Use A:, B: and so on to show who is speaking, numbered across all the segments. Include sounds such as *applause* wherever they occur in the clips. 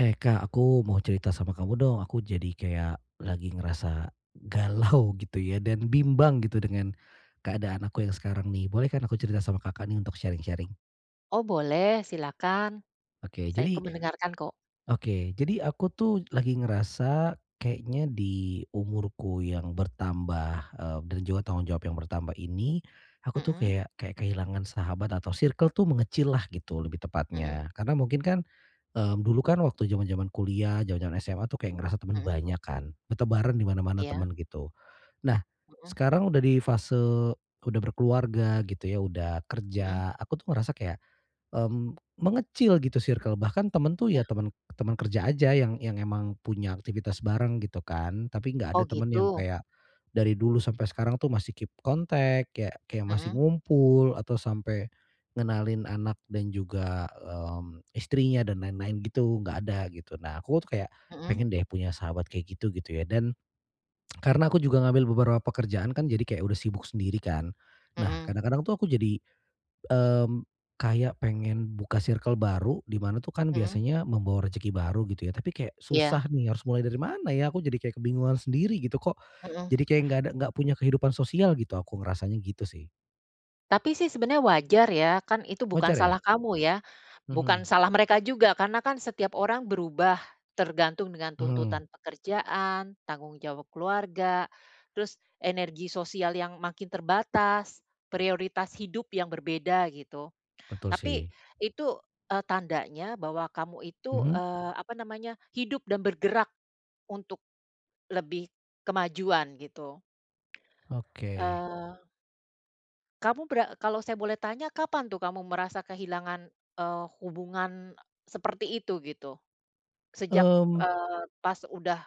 A: Eh Kak, aku mau cerita sama kamu dong. Aku jadi kayak lagi ngerasa galau *laughs* gitu ya dan bimbang gitu dengan keadaan aku yang sekarang nih. Boleh kan aku cerita sama Kakak nih untuk sharing-sharing?
B: Oh boleh, silakan.
A: Oke,
B: Saya ikut
A: jadi
B: mendengarkan kok.
A: Oke, jadi aku tuh lagi ngerasa kayaknya di umurku yang bertambah, dan juga tanggung jawab yang bertambah ini, aku tuh
B: Mhm,
A: kayak kayak kehilangan sahabat atau circle tuh mengecil lah gitu lebih
B: mhm,
A: tepatnya. Karena mungkin kan, dulu kan waktu zaman-zaman kuliah, zaman-zaman SMA tuh kayak ngerasa teman
B: mhm.
A: banyak kan, bertebaran di mana-mana
B: Iya.
A: teman gitu. Nah,
B: Mhm,
A: sekarang udah di fase udah berkeluarga gitu ya, udah
B: mhm.
A: kerja, aku tuh ngerasa kayak mengecil gitu circle, bahkan temen tuh
B: Iya.
A: ya teman teman kerja aja yang emang punya aktivitas bareng gitu kan, tapi nggak ada
B: Oh,
A: temen
B: gitu.
A: yang kayak dari dulu sampai sekarang tuh masih keep kontak, kayak kayak masih
B: Mhm,
A: ngumpul atau sampai ngenalin anak dan juga, istrinya dan lain-lain gitu, nggak ada gitu. Nah aku tuh kayak
B: mhm,
A: pengen deh punya sahabat kayak gitu gitu ya, dan karena aku juga ngambil beberapa pekerjaan kan jadi kayak udah sibuk sendiri kan. Nah
B: mhm,
A: kadang-kadang tuh aku jadi Mmm, kayak pengen buka circle baru, di mana tuh kan
B: mhm.
A: biasanya membawa rezeki baru gitu ya, tapi kayak
B: Iya.
A: susah nih harus mulai dari mana ya, aku jadi kayak kebingungan sendiri gitu, kok
B: Mhm.
A: jadi kayak nggak punya kehidupan sosial gitu, aku ngerasanya gitu sih.
B: Tapi sih sebenarnya wajar ya, kan itu bukan
A: Wajar ya?
B: salah kamu ya, bukan
A: Mhm,
B: salah mereka juga karena kan setiap orang berubah tergantung dengan
A: mhm,
B: tuntutan pekerjaan, tanggung jawab keluarga, terus energi sosial yang makin terbatas, prioritas hidup yang berbeda gitu.
A: betul
B: Tapi
A: sih.
B: itu, tandanya bahwa kamu itu,
A: Mhm,
B: apa namanya, hidup dan bergerak untuk lebih kemajuan gitu.
A: oke.
B: Eee, kamu kalau saya boleh tanya kapan tuh kamu merasa kehilangan, hubungan seperti itu gitu? Sejak,
A: Mmm,
B: pas udah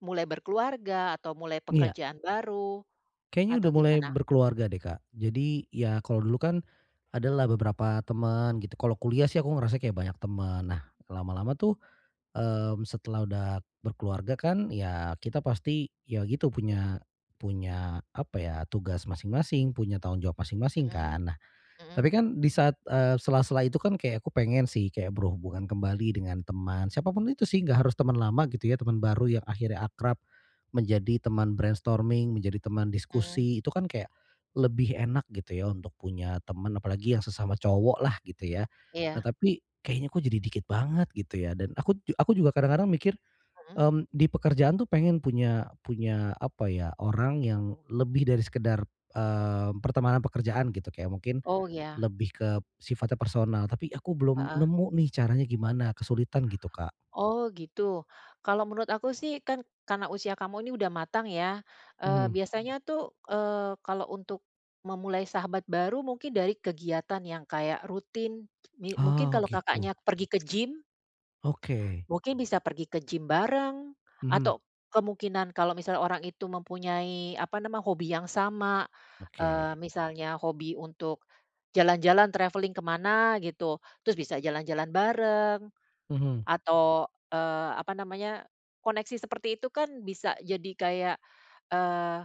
B: mulai berkeluarga atau mulai
A: iya,
B: pekerjaan baru
A: kayaknya
B: atau
A: udah mulai
B: gimana?
A: berkeluarga deh, Kak. Jadi ya kalau dulu kan adalah beberapa teman gitu, kalau kuliah sih aku ngerasa kayak banyak teman. Nah, lama-lama tuh setelah udah berkeluarga kan ya kita pasti ya gitu punya punya apa ya, tugas masing-masing, punya tanggung jawab masing-masing
B: Mhm,
A: kan. Nah
B: mhm,
A: tapi kan di saat, sela-sela itu kan kayak aku pengen sih kayak berhubungan kembali dengan teman, siapapun itu sih, nggak harus teman lama gitu ya, teman baru yang akhirnya akrab, menjadi teman brainstorming, menjadi teman
B: mhm.
A: diskusi, itu kan kayak lebih enak gitu ya untuk punya teman, apalagi yang sesama cowok lah gitu ya. Nah
B: Iya,
A: tapi kayaknya kok jadi dikit banget gitu ya, dan aku juga kadang-kadang mikir,
B: mhm.
A: Di pekerjaan tuh pengen punya punya apa ya, orang yang lebih dari sekedar, pertemanan pekerjaan gitu, kayak mungkin
B: Oh, iya.
A: lebih ke sifatnya personal, tapi aku belum nemu nih caranya gimana, kesulitan gitu, Kak.
B: Oh, gitu. Kalau menurut aku sih kan karena usia kamu ini udah matang ya, Mhm.
A: Mhm.
B: Biasanya tuh, kalau untuk memulai sahabat baru mungkin dari kegiatan yang kayak rutin, mungkin
A: Oh
B: kalau
A: gitu,
B: Kakaknya pergi ke gym,
A: oke.
B: mungkin bisa pergi ke gym bareng,
A: Mhm,
B: atau kemungkinan kalau misalnya orang itu mempunyai apa nama, hobi yang sama,
A: oke.
B: misalnya hobi untuk jalan-jalan traveling kemana gitu, terus bisa jalan-jalan bareng.
A: Mhm.
B: Atau, apa namanya, koneksi seperti itu kan bisa jadi kayak, eee,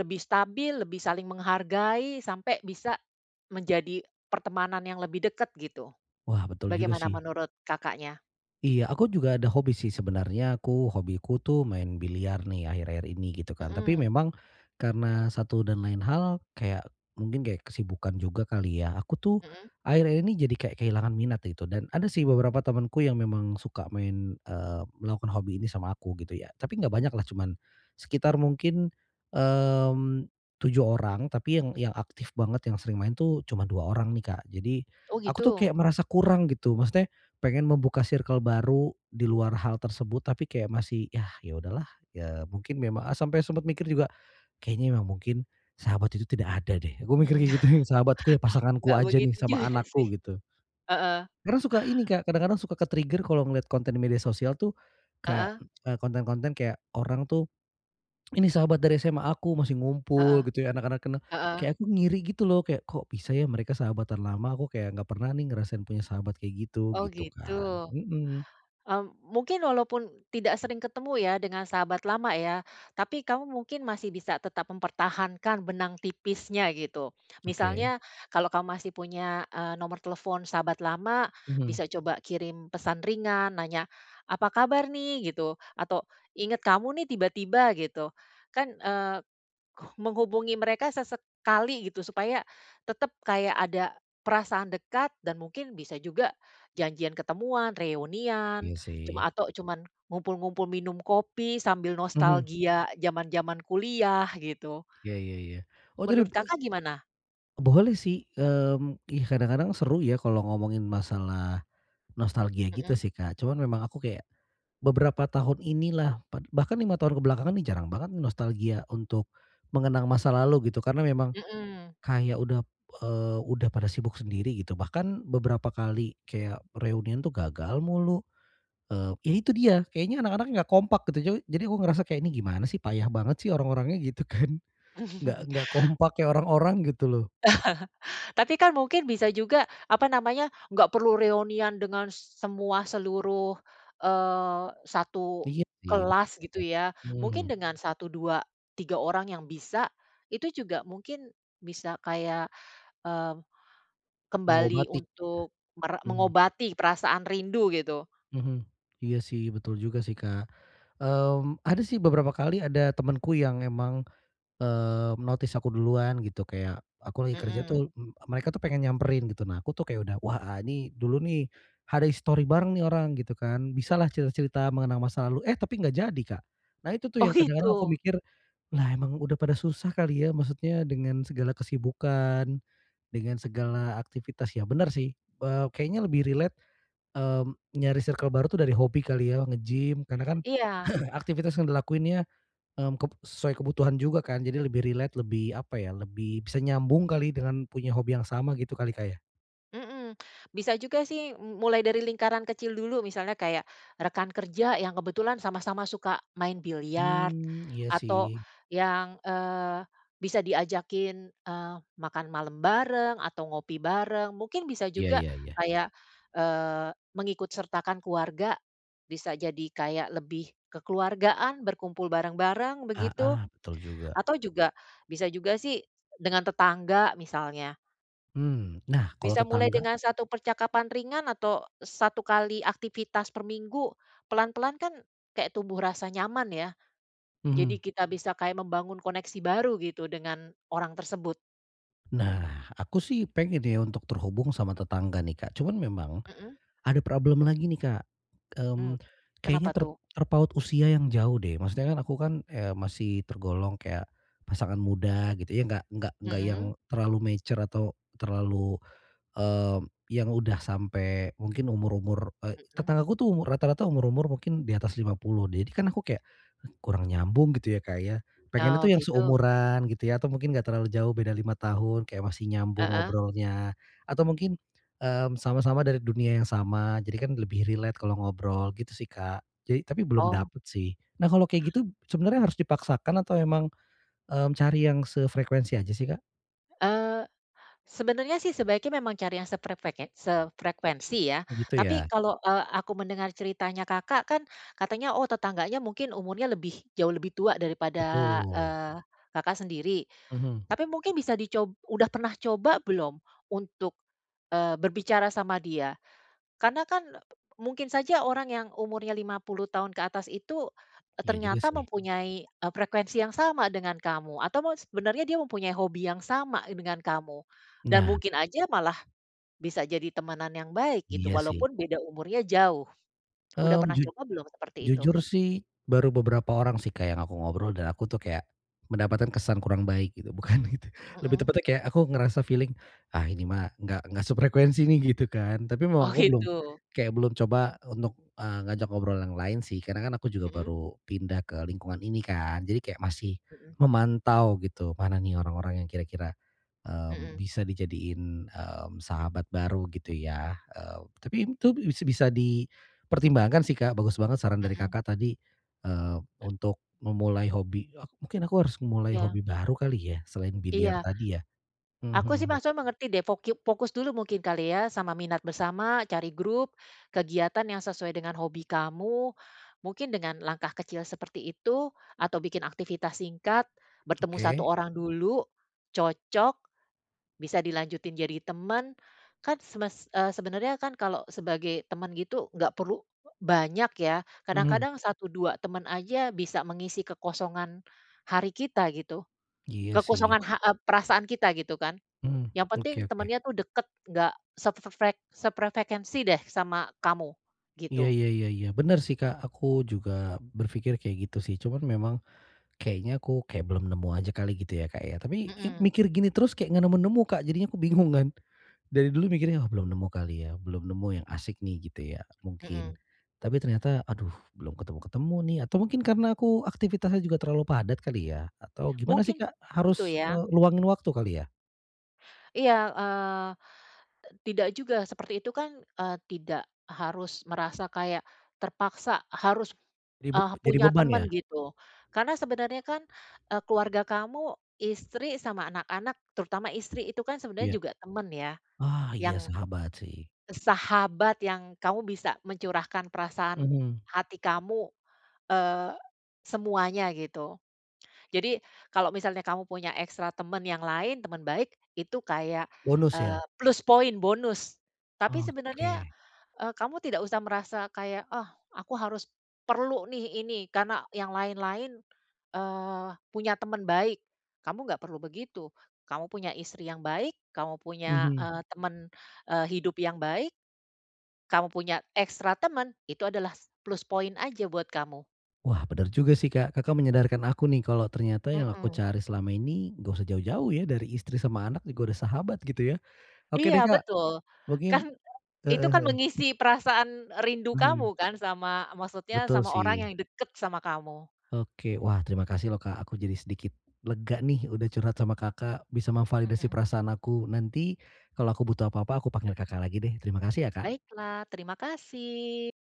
B: lebih stabil, lebih saling menghargai, sampai bisa menjadi pertemanan yang lebih dekat gitu.
A: Wah betul juga
B: Bagaimana
A: sih.
B: menurut Kakaknya?
A: Iya, aku juga ada hobi sih sebenarnya, aku hobiku tuh main biliar nih akhir-akhir ini gitu kan. Tapi
B: Mhm,
A: memang karena satu dan lain hal kayak mungkin kayak kesibukan juga kali ya, aku tuh
B: mhm.
A: akhir-akhir ini jadi kayak kehilangan minat gitu, dan ada sih beberapa temanku yang memang suka main, melakukan hobi ini sama aku gitu ya. Tapi nggak banyak lah, cuman sekitar mungkin, mmm, 7 orang, tapi yang aktif banget yang sering main tuh cuma 2 orang nih, Kak. Jadi
B: Oh,
A: aku tuh
B: gitu?
A: kayak merasa kurang gitu, maksudnya pengen membuka circle baru di luar hal tersebut, tapi kayak masih, ya ya udahlah. Ya mungkin memang ah, sampai sempat mikir juga, "Kayaknya memang mungkin sahabat itu tidak ada deh." Aku mikir
B: Mhm.
A: kayak gitu,
B: *laughs*
A: "Yang sahabatku ya pasanganku
B: Nggak
A: aja nih
B: begitu
A: sama
B: juga
A: anakku,"
B: sih.
A: gitu. Karena suka ini Kak, kadang-kadang suka ke-trigger kalau ngeliat konten di media sosial tuh kayak,
B: Heeh,
A: konten-konten kayak orang tuh, "Ini sahabat dari SMA aku masih
B: heeh,
A: ngumpul," gitu ya, anak-anak kenal,
B: heeh, heeh.
A: kayak aku ngiri gitu loh, kayak, "Kok bisa ya mereka sahabatan lama, aku kayak nggak pernah nih ngerasain punya sahabat kayak gitu,"
B: Oh,
A: gitu
B: gitu.
A: kan. Mhm.
B: Mungkin walaupun tidak sering ketemu ya dengan sahabat lama ya, tapi kamu mungkin masih bisa tetap mempertahankan benang tipisnya gitu.
A: Oke,
B: Misalnya kalau kamu masih punya, nomor telepon sahabat lama,
A: mhm.
B: bisa coba kirim pesan ringan, nanya, "Apa kabar nih?" Gitu, atau, "Inget kamu nih tiba-tiba," gitu. Kan, menghubungi mereka sesekali gitu supaya tetap kayak ada perasaan dekat dan mungkin bisa juga janjian ketemuan, reunian,
A: Iya
B: cuma
A: sih.
B: atau cuman ngumpul-ngumpul minum kopi sambil
A: Mhm,
B: nostalgia zaman-zaman kuliah gitu.
A: iya iya iya. Oh jadi
B: Menurut Kakak gimana?
A: boleh sih, ih kadang-kadang seru ya kalau ngomongin masalah nostalgia gitu
B: Mhm,
A: sih, Kak. Cuman memang aku kayak beberapa tahun inilah, bahkan 5 tahun ke belakangan nih jarang banget nostalgia untuk mengenang masa lalu gitu. Karena memang
B: mhm.
A: kayak udah, udah pada sibuk sendiri gitu. Bahkan beberapa kali kayak reunian tuh gagal mulu. Ya itu dia, kayaknya anak-anaknya nggak kompak gitu. Jadi aku ngerasa kayak, "Ini gimana sih, payah banget sih orang-orangnya," gitu kan. *laughs* Nggak
B: *laughs*
A: nggak kompak kayak orang-orang gitu loh.
B: Tapi kan mungkin bisa juga, apa namanya, nggak perlu reunian dengan semua seluruh, eee, satu
A: Iya sih, betul.
B: kelas gitu ya.
A: Mhm,
B: Mungkin dengan satu 2 3 orang yang bisa, itu juga mungkin bisa kayak, eee, kembali
A: mengobati.
B: untuk
A: Mhm,
B: mengobati perasaan rindu gitu.
A: mhm. Iya sih, betul juga sih, Kak. Ada sih beberapa kali ada temenku yang emang notice aku duluan gitu, kayak aku lagi kerja
B: Mhm.
A: tuh, mereka tuh pengen nyamperin gitu. Nah aku tuh kayak udah, "Wah, ah, ini dulu nih ada history bareng nih orang," gitu kan. Bisalah cerita-cerita mengenang masa lalu, eh tapi nggak jadi, Kak. Nah itu tuh
B: Oh,
A: yang
B: gitu?
A: kadang-kadang aku mikir, "Lah emang udah pada susah kali ya?" Maksudnya dengan segala kesibukan, dengan segala aktivitas. Ya bener sih, kayaknya lebih relate, nyari circle baru tuh dari hobi kali ya, nge-gym, karena kan
B: Iya.
A: aktivitas yang dilakuinnya Mmm, kep sesuai kebutuhan juga kan, jadi lebih relate, lebih apa ya, lebih bisa nyambung kali dengan punya hobi yang sama gitu kali, Kak, ya?
B: Mhm, bisa juga sih mulai dari lingkaran kecil dulu misalnya kayak rekan kerja yang kebetulan sama-sama suka main biliar
A: Iya sih.
B: atau yang, bisa diajakin, makan malam bareng atau ngopi bareng. Mungkin bisa
A: Iya
B: juga
A: iya iya.
B: kayak, eee, mengikut sertakan keluarga, bisa jadi kayak lebih kekeluargaan, berkumpul bareng-bareng begitu,
A: Heeh, betul juga.
B: atau juga bisa juga sih dengan tetangga misalnya.
A: Nah kalau
B: Bisa mulai
A: tetangga,
B: dengan satu percakapan ringan atau satu kali aktivitas per minggu, pelan-pelan kan kayak tumbuh rasa nyaman ya.
A: mhm.
B: Jadi kita bisa kayak membangun koneksi baru gitu dengan orang tersebut.
A: Nah, aku sih pengen ya untuk terhubung sama tetangga nih, Kak, cuman memang
B: Mhm,
A: ada problem lagi nih, Kak,
B: mmm.
A: mmm, kayaknya
B: Kenapa tuh?
A: terpaut usia yang jauh deh, maksudnya kan aku kan, masih tergolong kayak pasangan muda gitu ya, nggak yang
B: Mhm,
A: terlalu mature atau terlalu yang udah sampai mungkin umur-umur,
B: mhm.
A: tetanggaku tuh umur, rata-rata umur-umur mungkin di atas 50. Jadi kan aku kayak, "Eh, kurang nyambung gitu ya, Kak, ya. Pengennya
B: Oh,
A: tuh yang
B: gitu?
A: seumuran gitu ya, atau mungkin nggak terlalu jauh, beda 5 tahun kayak masih nyambung
B: Heeh.
A: ngobrolnya. Atau mungkin, sama-sama dari dunia yang sama jadi kan lebih relate kalau ngobrol gitu sih, Kak. Jadi tapi belum
B: Oh.
A: dapet sih. Nah kalau kayak gitu sebenarnya harus dipaksakan atau emang, cari yang sefrekuensi aja sih, Kak?
B: eee Sebenarnya sih sebaiknya memang cari yang sefrekuensi ya,
A: Gitu
B: tapi
A: ya?
B: kalau, aku mendengar ceritanya Kakak kan katanya, oh tetangganya mungkin umurnya lebih jauh lebih tua daripada,
A: Betul.
B: eee, Kakak sendiri.
A: Mhm.
B: Tapi mungkin bisa udah pernah coba belum untuk, berbicara sama dia? Karena kan, mungkin saja orang yang umurnya 50 tahun ke atas itu,
A: Iya juga
B: ternyata
A: sih.
B: mempunyai, frekuensi yang sama dengan kamu, atau mau sebenarnya dia mempunyai hobi yang sama dengan kamu, dan
A: Nah,
B: mungkin aja malah bisa jadi temanan yang baik gitu,
A: iya sih.
B: walaupun beda umurnya jauh. Udah
A: Mmm,
B: pernah
A: ju
B: coba belum seperti itu?
A: jujur sih baru beberapa orang sih Kak, yang aku ngobrol, dan aku tuh kayak mendapatkan kesan kurang baik gitu, *laughs* bukan gitu. Lebih
B: Mhm.
A: tepatnya kayak aku ngerasa feeling, "Ah, ini mah nggak sefrekuensi nih," gitu kan. Tapi memang
B: Oh,
A: aku belum
B: gitu.
A: kayak belum coba untuk, ngajak ngobrol yang lain sih, karena kan aku juga
B: Mhm,
A: baru pindah ke lingkungan ini kan. Jadi kayak masih
B: mhm,
A: memantau gitu, mana nih orang-orang yang kira-kira
B: mhm,
A: bisa dijadiin, sahabat baru gitu ya, tapi itu bisa dipertimbangkan sih, Kak, bagus banget saran dari
B: mhm.
A: Kakak tadi, untuk memulai hobi mungkin aku harus memulai
B: Iya,
A: hobi baru kali ya selain biliar
B: iya.
A: tadi ya? Mhm
B: Aku
A: mhm,
B: sih
A: mhm.
B: maksudnya mengerti deh, fokus dulu mungkin kali ya sama minat bersama, cari grup, kegiatan yang sesuai dengan hobi kamu. Mungkin dengan langkah kecil seperti itu, atau bikin aktivitas singkat, bertemu satu
A: Oke,
B: orang dulu, cocok, bisa dilanjutin jadi teman. Kan sebenarnya kan kalau sebagai teman gitu nggak perlu banyak ya,
A: mhm,
B: kadang-kadang satu 2 teman aja bisa mengisi kekosongan hari kita gitu,
A: iya sih,
B: kekosongan perasaan kita gitu kan.
A: mhm,
B: Yang penting
A: oke oke,
B: temennya tuh deket, nggak sefrek sefrekuensi deh sama kamu,
A: iya
B: gitu.
A: iya iya iya, bener sih, Kak, aku juga berpikir kayak gitu sih, cuman memang kayaknya aku kayak belum nemu aja kali gitu ya, Kak, ya, tapi ya
B: Mhm,
A: mikir gini terus kayak nggak nemu-nemu, Kak, jadinya aku bingung kan. Dari dulu mikirnya, "Oh, belum nemu kali ya, belum nemu yang asik nih," gitu ya, mungkin.
B: mhm.
A: Tapi ternyata, aduh, belum ketemu-ketemu nih, atau mungkin karena aku aktivitasnya juga terlalu padat kali ya? Atau gimana sih,
B: Mungkin
A: Kak?
B: itu
A: Harus,
B: ya.
A: luangin waktu kali ya?
B: Iya, eee, tidak juga seperti itu kan, tidak harus merasa kayak terpaksa harus,
A: Jadi be jadi
B: punya
A: beban
B: temen
A: ya?
B: gitu. Karena sebenarnya kan, keluarga kamu, istri sama anak-anak, terutama istri itu kan sebenarnya
A: Iya.
B: juga temen ya,
A: Ah, iya
B: yang
A: sahabat sih.
B: sahabat yang kamu bisa mencurahkan perasaan
A: Mhm.
B: hati kamu Eee, semuanya gitu. Jadi kalau misalnya kamu punya ekstra temen yang lain, temen baik, itu kayak,
A: Bonus ya?
B: plus poin, bonus. Tapi
A: Oke.
B: sebenarnya, kamu tidak usah merasa kayak, "Ah, aku harus perlu nih ini, karena yang lain-lain, punya temen baik." Kamu nggak perlu begitu. Kamu punya istri yang baik, kamu punya,
A: Mhm.
B: temen, hidup yang baik, kamu punya ekstra temen, itu adalah plus poin aja buat kamu.
A: Wah, bener juga sih, Kak. Kakak menyadarkan aku nih, kalau ternyata yang aku
B: Mhm.
A: cari selama ini nggak usah jauh-jauh ya, dari istri sama anak juga udah sahabat gitu ya. Oke
B: Iya,
A: deh, Kak,
B: betul. Kan
A: mungkin
B: itu
A: heeh
B: kan
A: heeh.
B: mengisi perasaan rindu kamu
A: Mhm.
B: kan sama maksudnya
A: Betul
B: sama orang, mhm,
A: sih.
B: yang deket sama kamu.
A: Oke, wah terima kasih loh Kak, aku jadi sedikit lega nih udah curhat sama Kakak, bisa memvalidasi
B: Mhm.
A: perasaan aku. Nanti kalau aku butuh apa-apa aku panggil Kakak lagi deh. Terima kasih ya Kak.
B: Baiklah, terima kasih.